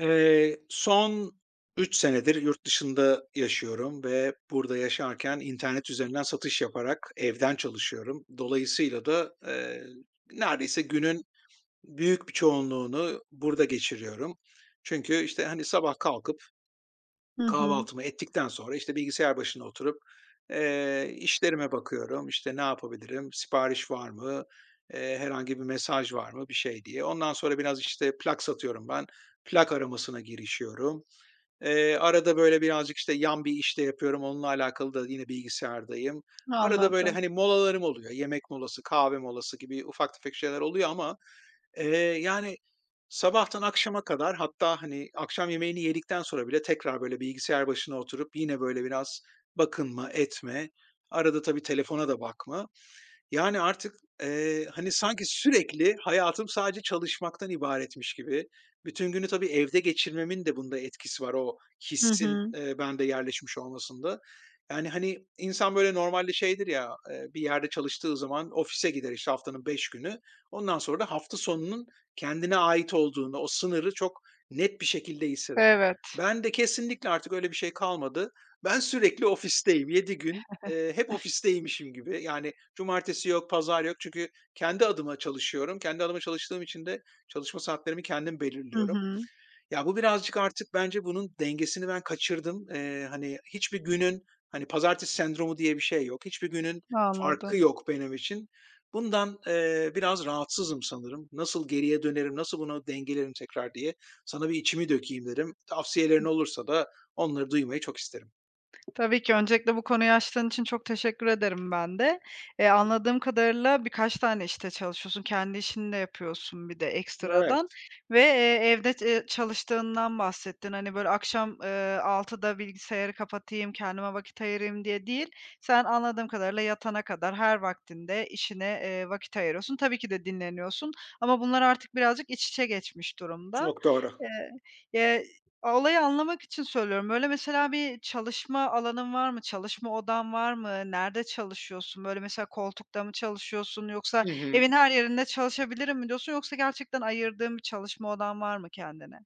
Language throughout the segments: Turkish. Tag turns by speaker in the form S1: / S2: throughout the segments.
S1: Son 3 senedir yurt dışında yaşıyorum ve burada yaşarken internet üzerinden satış yaparak evden çalışıyorum. Dolayısıyla da, neredeyse günün büyük bir çoğunluğunu burada geçiriyorum. Çünkü, işte, hani, sabah kalkıp
S2: Hı hı,
S1: kahvaltımı ettikten sonra, işte, bilgisayar başına oturup, işlerime bakıyorum. İşte, ne yapabilirim? Sipariş var mı? Herhangi bir mesaj var mı? Bir şey diye. Ondan sonra biraz, işte, plak satıyorum ben. Plak aramasına girişiyorum. Arada, böyle, birazcık, işte, yan bir iş de yapıyorum. Onunla alakalı da yine bilgisayardayım. Arada, böyle,
S2: anladım.
S1: hani, molalarım oluyor. Yemek molası, kahve molası gibi ufak tefek şeyler oluyor ama Eee, yani, sabahtan akşama kadar hatta, hani, akşam yemeğini yedikten sonra bile tekrar, böyle, bilgisayar başına oturup yine, böyle, biraz bakınma etme, arada tabii telefona da bakma. Yani, artık, hani, sanki sürekli hayatım sadece çalışmaktan ibaretmiş gibi. Bütün günü tabii evde geçirmemin de bunda etkisi var, o
S2: Hı
S1: hissin,
S2: hı,
S1: bende yerleşmiş olmasında. Yani, hani, insan böyle normalde şeydir ya, bir yerde çalıştığı zaman ofise gider, işte, haftanın 5 günü. Ondan sonra da hafta sonunun kendine ait olduğunu, o sınırı çok net bir şekilde hisseder.
S2: evet.
S1: Ben de kesinlikle artık öyle bir şey kalmadı. Ben sürekli ofisteyim. Yedi gün, hep ofisteymişim gibi. Yani, cumartesi yok, pazar yok çünkü kendi adıma çalışıyorum. Kendi adıma çalıştığım için de çalışma saatlerimi kendim
S2: Hı
S1: belirliyorum.
S2: hı,
S1: Ya, bu birazcık artık bence bunun dengesini ben kaçırdım. Hani, hiçbir günün, hani, pazartesi sendromu diye bir şey yok. Hiçbir günün farkı
S2: anladım.
S1: yok benim için. Bundan, biraz rahatsızım sanırım. Nasıl geriye dönerim, nasıl bunu dengelerim tekrar diye sana bir içimi dökeyim derim. Tavsiyelerin olursa da onları duymayı çok isterim.
S2: Tabii ki. Öncelikle bu konuyu açtığın için çok teşekkür ederim ben de. Anladığım kadarıyla birkaç tane işte çalışıyorsun. Kendi işini de yapıyorsun bir de
S1: Evet,
S2: ekstradan ve evde ç çalıştığından bahsettin. Hani, böyle, akşam, 18.00'da bilgisayarı kapatayım, kendime vakit ayırayım diye değil, sen anladığım kadarıyla yatana kadar her vaktinde işine, vakit ayırıyorsun. Tabii ki de dinleniyorsun, ama bunlar artık birazcık iç içe geçmiş durumda.
S1: çok doğru.
S2: Eee, eee A olayı anlamak için söylüyorum. Böyle, mesela, bir çalışma alanın var mı? Çalışma odan var mı? Nerede çalışıyorsun? Böyle, mesela, koltukta mı çalışıyorsun yoksa
S1: Hı hı.
S2: evin her yerinde çalışabilirim mi diyorsun, yoksa gerçekten ayırdığın bir çalışma odan var mı kendine?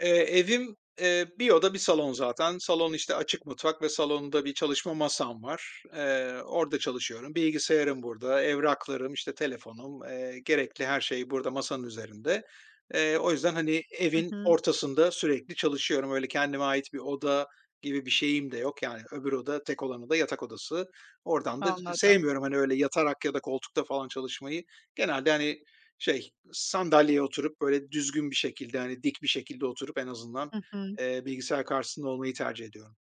S1: Eee, evim, bir oda bir salon zaten. Salon, işte, açık mutfak ve salonda bir çalışma masam var. Orada çalışıyorum. Bilgisayarım burada, evraklarım, işte, telefonum, gerekli her şey burada masanın üzerinde. O yüzden, hani,
S2: Hı
S1: evin
S2: hı.
S1: ortasında sürekli çalışıyorum. Öyle kendime ait bir oda gibi bir şeyim de yok. Yani öbür oda, tek olanı da yatak odası. Oradan da
S2: Anladım.
S1: sevmiyorum, hani, öyle yatarak ya da koltukta falan çalışmayı. Genelde, hani, şey, sandalyeye oturup, böyle, düzgün bir şekilde, hani, dik bir şekilde oturup en azından,
S2: Hı hı.
S1: bilgisayar karşısında olmayı tercih ediyorum.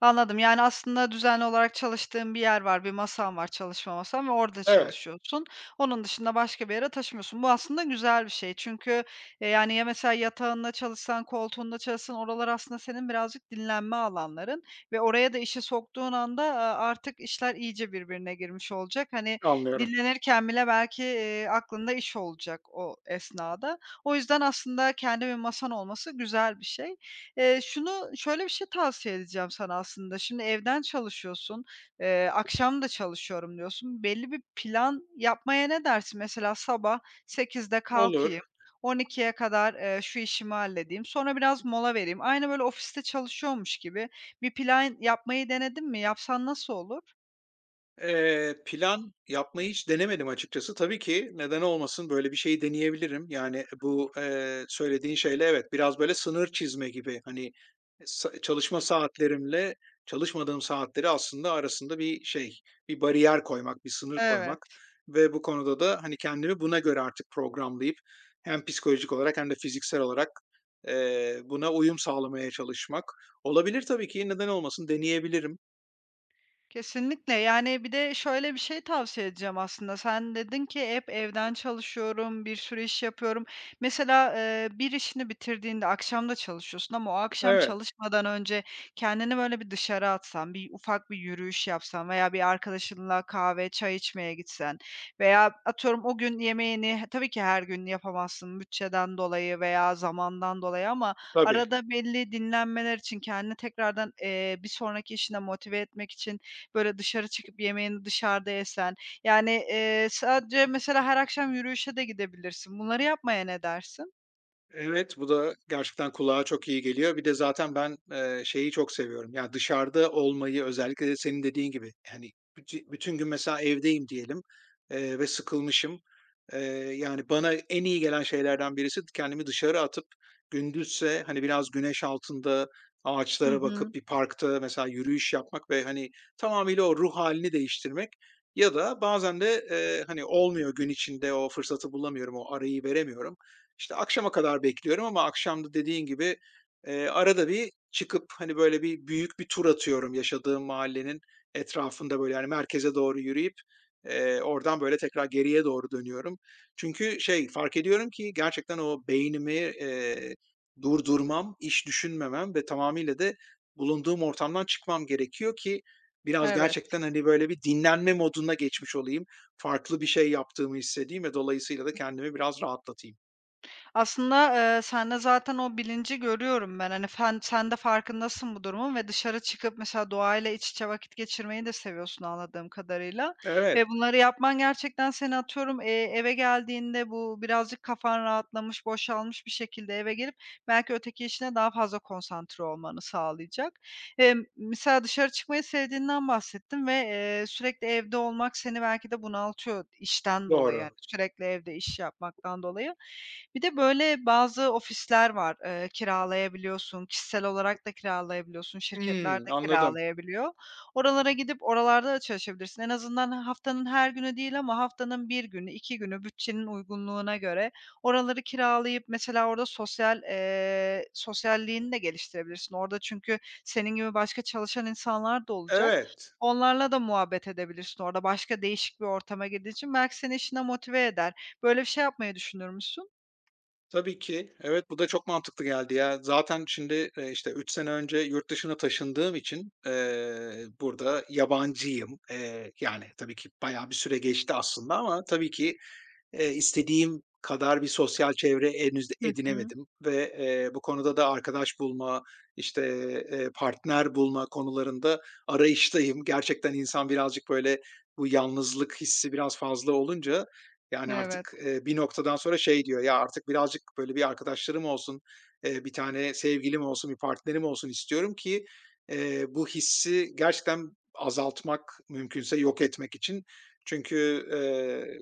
S2: Anladım. Yani, aslında düzenli olarak çalıştığın bir yer var, bir masan var, çalışma masan, ve orada
S1: Evet,
S2: çalışıyorsun. Onun dışında başka bir yere taşımıyorsun. Bu aslında güzel bir şey. Çünkü, yani, ya, mesela yatağında çalışsan, koltuğunda çalışsan, oralar aslında senin birazcık dinlenme alanların ve oraya da işi soktuğun anda, artık işler iyice birbirine girmiş olacak. Hani,
S1: anlıyorum.
S2: dinlenirken bile belki, aklında iş olacak o esnada. O yüzden aslında kendi bir masan olması güzel bir şey. Şunu şöyle bir şey tavsiye edeceğim sana aslında. Şimdi evden çalışıyorsun, akşam da çalışıyorum diyorsun. Belli bir plan yapmaya ne dersin? Mesela sabah sekizde
S1: Olur.
S2: kalkayım, on ikiye kadar, şu işimi halledeyim, sonra biraz mola vereyim. Aynı böyle ofiste çalışıyormuş gibi bir plan yapmayı denedin mi? Yapsan nasıl olur?
S1: Plan yapmayı hiç denemedim açıkçası. Tabii ki neden olmasın, böyle bir şeyi deneyebilirim. Yani, bu, söylediğin şeyle evet, biraz böyle sınır çizme gibi, hani, e, sa çalışma saatlerimle çalışmadığım saatleri aslında arasında bir şey, bir bariyer koymak, bir sınır koymak
S2: Evet.
S1: ve bu konuda da, hani, kendimi buna göre artık programlayıp hem psikolojik olarak hem de fiziksel olarak, buna uyum sağlamaya çalışmak. Olabilir tabii ki, neden olmasın, deneyebilirim.
S2: Kesinlikle. Yani, bir de şöyle bir şey tavsiye edeceğim aslında. Sen dedin ki hep evden çalışıyorum, bir sürü iş yapıyorum. Mesela, bir işini bitirdiğinde akşam da çalışıyorsun, ama o akşam
S1: Evet,
S2: çalışmadan önce kendini böyle bir dışarı atsan, bir ufak bir yürüyüş yapsan veya bir arkadaşınla kahve, çay içmeye gitsen veya atıyorum o gün yemeğini tabii ki her gün yapamazsın bütçeden dolayı veya zamandan dolayı, ama
S1: tabii.
S2: arada belli dinlenmeler için kendini tekrardan, bir sonraki işine motive etmek için böyle dışarı çıkıp yemeğini dışarıda yesen, yani, sadece mesela her akşam yürüyüşe de gidebilirsin. Bunları yapmaya ne dersin?
S1: Evet, bu da gerçekten kulağa çok iyi geliyor. Bir de zaten ben, şeyi çok seviyorum. Yani dışarıda olmayı özellikle de senin dediğin gibi, hani, bütün gün mesela evdeyim diyelim, ve sıkılmışım. Eee, yani, bana en iyi gelen şeylerden birisi kendimi dışarı atıp gündüzse, hani, biraz güneş altında
S2: Hı
S1: ağaçlara
S2: hı.
S1: bakıp bir parkta mesela yürüyüş yapmak ve, hani, tamamıyla o ruh halini değiştirmek ya da bazen de, hani, olmuyor gün içinde o fırsatı bulamıyorum, o arayı veremiyorum. İşte akşama kadar bekliyorum ama akşamda dediğin gibi, arada bir çıkıp, hani, böyle, büyük bir tur atıyorum yaşadığım mahallenin etrafında, böyle, yani merkeze doğru yürüyüp, oradan, böyle, tekrar geriye doğru dönüyorum. Çünkü şey, fark ediyorum ki gerçekten o beynimi, durdurmam, iş düşünmemem ve tamamıyla da bulunduğum ortamdan çıkmam gerekiyor ki biraz
S2: Evet.
S1: gerçekten, hani, böyle, bir dinlenme moduna geçmiş olayım. Farklı bir şey yaptığımı hissedeyim ve dolayısıyla da kendimi biraz rahatlatayım.
S2: Aslında, sende zaten o bilinci görüyorum ben. Hani, sen de farkındasın bu durumun, ve dışarı çıkıp mesela doğayla iç içe vakit geçirmeyi de seviyorsun anladığım kadarıyla, ve
S1: Evet,
S2: bunları yapman gerçekten seni atıyorum, eve geldiğinde bu birazcık kafan rahatlamış, boşalmış bir şekilde eve gelip belki öteki işine daha fazla konsantre olmanı sağlayacak. Eee Mesela dışarı çıkmayı sevdiğinden bahsettin ve, sürekli evde olmak seni belki de bunaltıyor işten dolayı, yani,
S1: doğru.
S2: sürekli evde iş yapmaktan dolayı. Bir de, böyle, bazı ofisler var, kiralayabiliyorsun, kişisel olarak da kiralayabiliyorsun, şirketler
S1: Hımm,
S2: de
S1: anladım.
S2: kiralayabiliyor. Oralara gidip oralarda da çalışabilirsin. En azından haftanın her günü değil, ama haftanın bir günü, 2 günü bütçenin uygunluğuna göre oraları kiralayıp mesela orada sosyalliğini de geliştirebilirsin. Orada, çünkü senin gibi başka çalışan insanlar da olacak.
S1: Evet,
S2: Onlarla da muhabbet edebilirsin orada, başka değişik bir ortama girdiğin için. Belki seni işine motive eder. Böyle bir şey yapmayı düşünür müsün?
S1: tabii ki. Evet, bu da çok mantıklı geldi ya. Zaten şimdi, işte, 3 sene önce yurt dışına taşındığım için, burada yabancıyım. Yani, tabii ki bayağı bir süre geçti aslında ama tabii ki istediğim kadar bir sosyal çevre henüz
S2: Hı hı.
S1: edinemedim ve, bu konuda da arkadaş bulma, işte, partner bulma konularında arayıştayım. Gerçekten insan birazcık, böyle, bu yalnızlık hissi biraz fazla olunca, yani,
S2: Evet.
S1: artık, bir noktadan sonra şey diyor, "Ya, artık birazcık, böyle, bir arkadaşlarım olsun, bir tane sevgilim olsun, bir partnerim olsun istiyorum ki, bu hissi gerçekten azaltmak, mümkünse yok etmek için." Çünkü,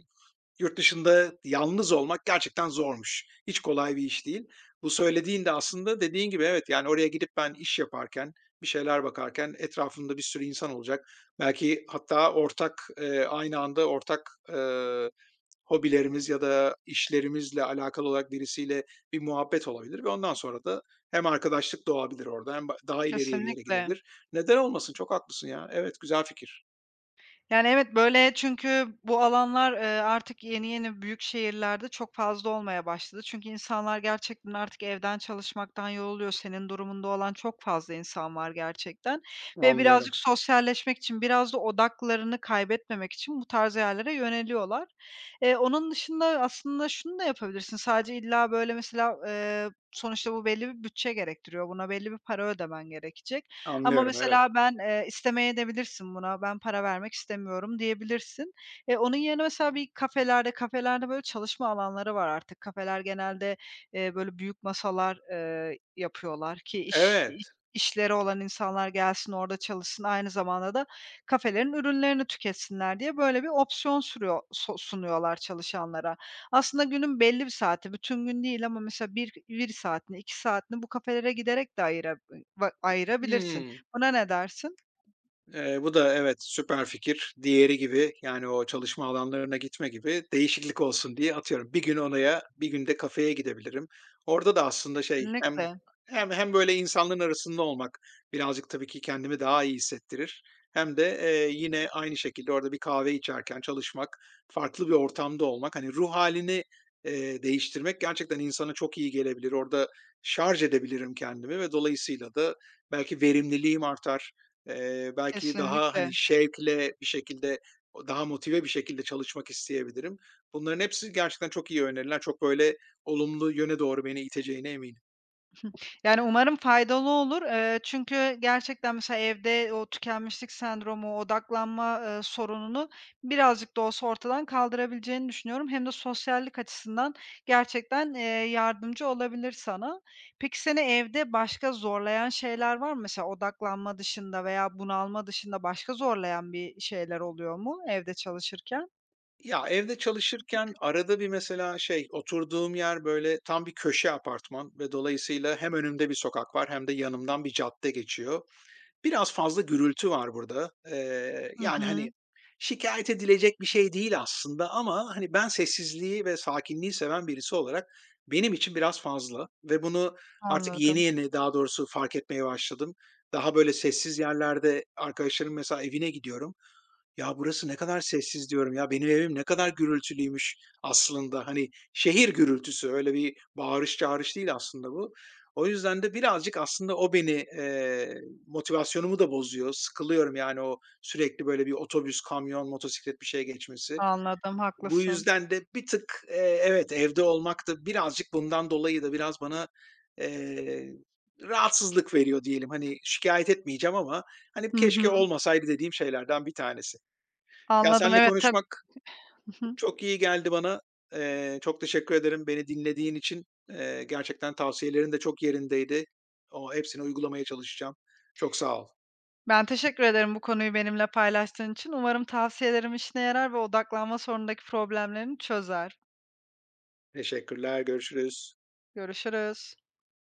S1: yurt dışında yalnız olmak gerçekten zormuş. Hiç kolay bir iş değil. Bu söylediğin de aslında dediğin gibi evet, yani oraya gidip ben iş yaparken, bir şeyler bakarken etrafımda bir sürü insan olacak. Belki hatta ortak, aynı anda ortak, hobilerimiz ya da işlerimizle alakalı olarak birisiyle bir muhabbet olabilir ve ondan sonra da hem arkadaşlık doğabilir orada hem daha ileriye bir yere
S2: Kesinlikle.
S1: gidebilir. Neden olmasın? Çok haklısın ya. Evet, güzel fikir.
S2: Yani, evet, böyle, çünkü bu alanlar, artık yeni yeni büyük şehirlerde çok fazla olmaya başladı. Çünkü insanlar gerçekten artık evden çalışmaktan yoruluyor. Senin durumunda olan çok fazla insan var gerçekten, ve
S1: Anlıyorum,
S2: birazcık sosyalleşmek için, biraz da odaklarını kaybetmemek için bu tarz yerlere yöneliyorlar. Onun dışında aslında şunu da yapabilirsin. Sadece illa, böyle, mesela, sonuçta bu belli bir bütçe gerektiriyor. Buna belli bir para ödemen gerekecek. Ama
S1: anlıyorum. Evet.
S2: mesela ben, istemeyebilirsin buna, ben para vermek istemiyorum diyebilirsin. Onun yerine mesela bir kafelerde kafelerde böyle çalışma alanları var artık. Kafeler genelde, böyle büyük masalar, yapıyorlar ki iş iş
S1: Evet.
S2: işleri olan insanlar gelsin orada çalışsın, aynı zamanda da kafelerin ürünlerini tüketsinler diye böyle bir opsiyon sürüyor so sunuyorlar çalışanlara. Aslında günün belli bir saati, bütün gün değil, ama mesela bir saatini, 2 saatini bu kafelere giderek de ayırabilirsin.
S1: Hımm.
S2: Buna ne dersin?
S1: Bu da evet, süper fikir. Diğeri gibi, yani o çalışma alanlarına gitme gibi değişiklik olsun diye atıyorum. Bir gün oraya, bir gün de kafeye gidebilirim. Orada da aslında şey
S2: Kesinlikle,
S1: hem böyle insanların arasında olmak birazcık tabii ki kendimi daha iyi hissettirir. Hem de, yine aynı şekilde orada bir kahve içerken çalışmak, farklı bir ortamda olmak, hani, ruh halini değiştirmek gerçekten insana çok iyi gelebilir. Orada şarj edebilirim kendimi ve dolayısıyla da belki verimliliğim artar. Belki daha, hani,
S2: kesinlikle.
S1: şevkle bir şekilde, o daha motive bir şekilde çalışmak isteyebilirim. Bunların hepsi gerçekten çok iyi öneriler. Çok, böyle, olumlu yöne doğru beni iteceğine eminim.
S2: Yani umarım faydalı olur. Çünkü gerçekten mesela evde o tükenmişlik sendromu, odaklanma, sorununu birazcık da olsa ortadan kaldırabileceğini düşünüyorum. Hem de sosyallik açısından gerçekten, yardımcı olabilir sana. Peki seni evde başka zorlayan şeyler var mı? Mesela odaklanma dışında veya bunalma dışında başka zorlayan bir şeyler oluyor mu evde çalışırken?
S1: Ya, evde çalışırken arada bir mesela şey, oturduğum yer, böyle, tam bir köşe apartman ve dolayısıyla hem önümde bir sokak var hem de yanımdan bir cadde geçiyor. Biraz fazla gürültü var burada.
S2: Hı
S1: Yani, hani,
S2: hı.
S1: şikayet edilecek bir şey değil aslında ama, hani, ben sessizliği ve sakinliği seven birisi olarak benim için biraz fazla ve bunu artık yeni
S2: Anladım,
S1: yeni daha doğrusu fark etmeye başladım. Daha böyle sessiz yerlerde arkadaşlarımın mesela evine gidiyorum. Ya, burası ne kadar sessiz diyorum ya, benim evim ne kadar gürültülüymüş aslında. Hani şehir gürültüsü, öyle bir bağırış çağırış değil aslında bu. O yüzden de birazcık aslında o beni, eee, motivasyonumu da bozuyor. Sıkılıyorum yani o sürekli böyle bir otobüs, kamyon, motosiklet bir şey geçmesi.
S2: anladım,
S1: Bu
S2: haklısın.
S1: yüzden de bir tık, evet, evde olmak da birazcık bundan dolayı da biraz bana, eee, rahatsızlık veriyor diyelim. Hani şikayet etmeyeceğim ama, hani,
S2: Hı
S1: keşke
S2: hı.
S1: olmasaydı dediğim şeylerden bir tanesi. Ya,
S2: Anladım,
S1: seninle
S2: evet,
S1: konuşmak
S2: Hı hı.
S1: çok iyi geldi bana. Çok teşekkür ederim beni dinlediğin için. Gerçekten tavsiyelerin de çok yerindeydi. O hepsini uygulamaya çalışacağım. Çok sağ ol.
S2: Ben teşekkür ederim bu konuyu benimle paylaştığın için. Umarım tavsiyelerim işine yarar ve odaklanma sorunundaki problemlerini çözer.
S1: Teşekkürler, görüşürüz.
S2: Görüşürüz.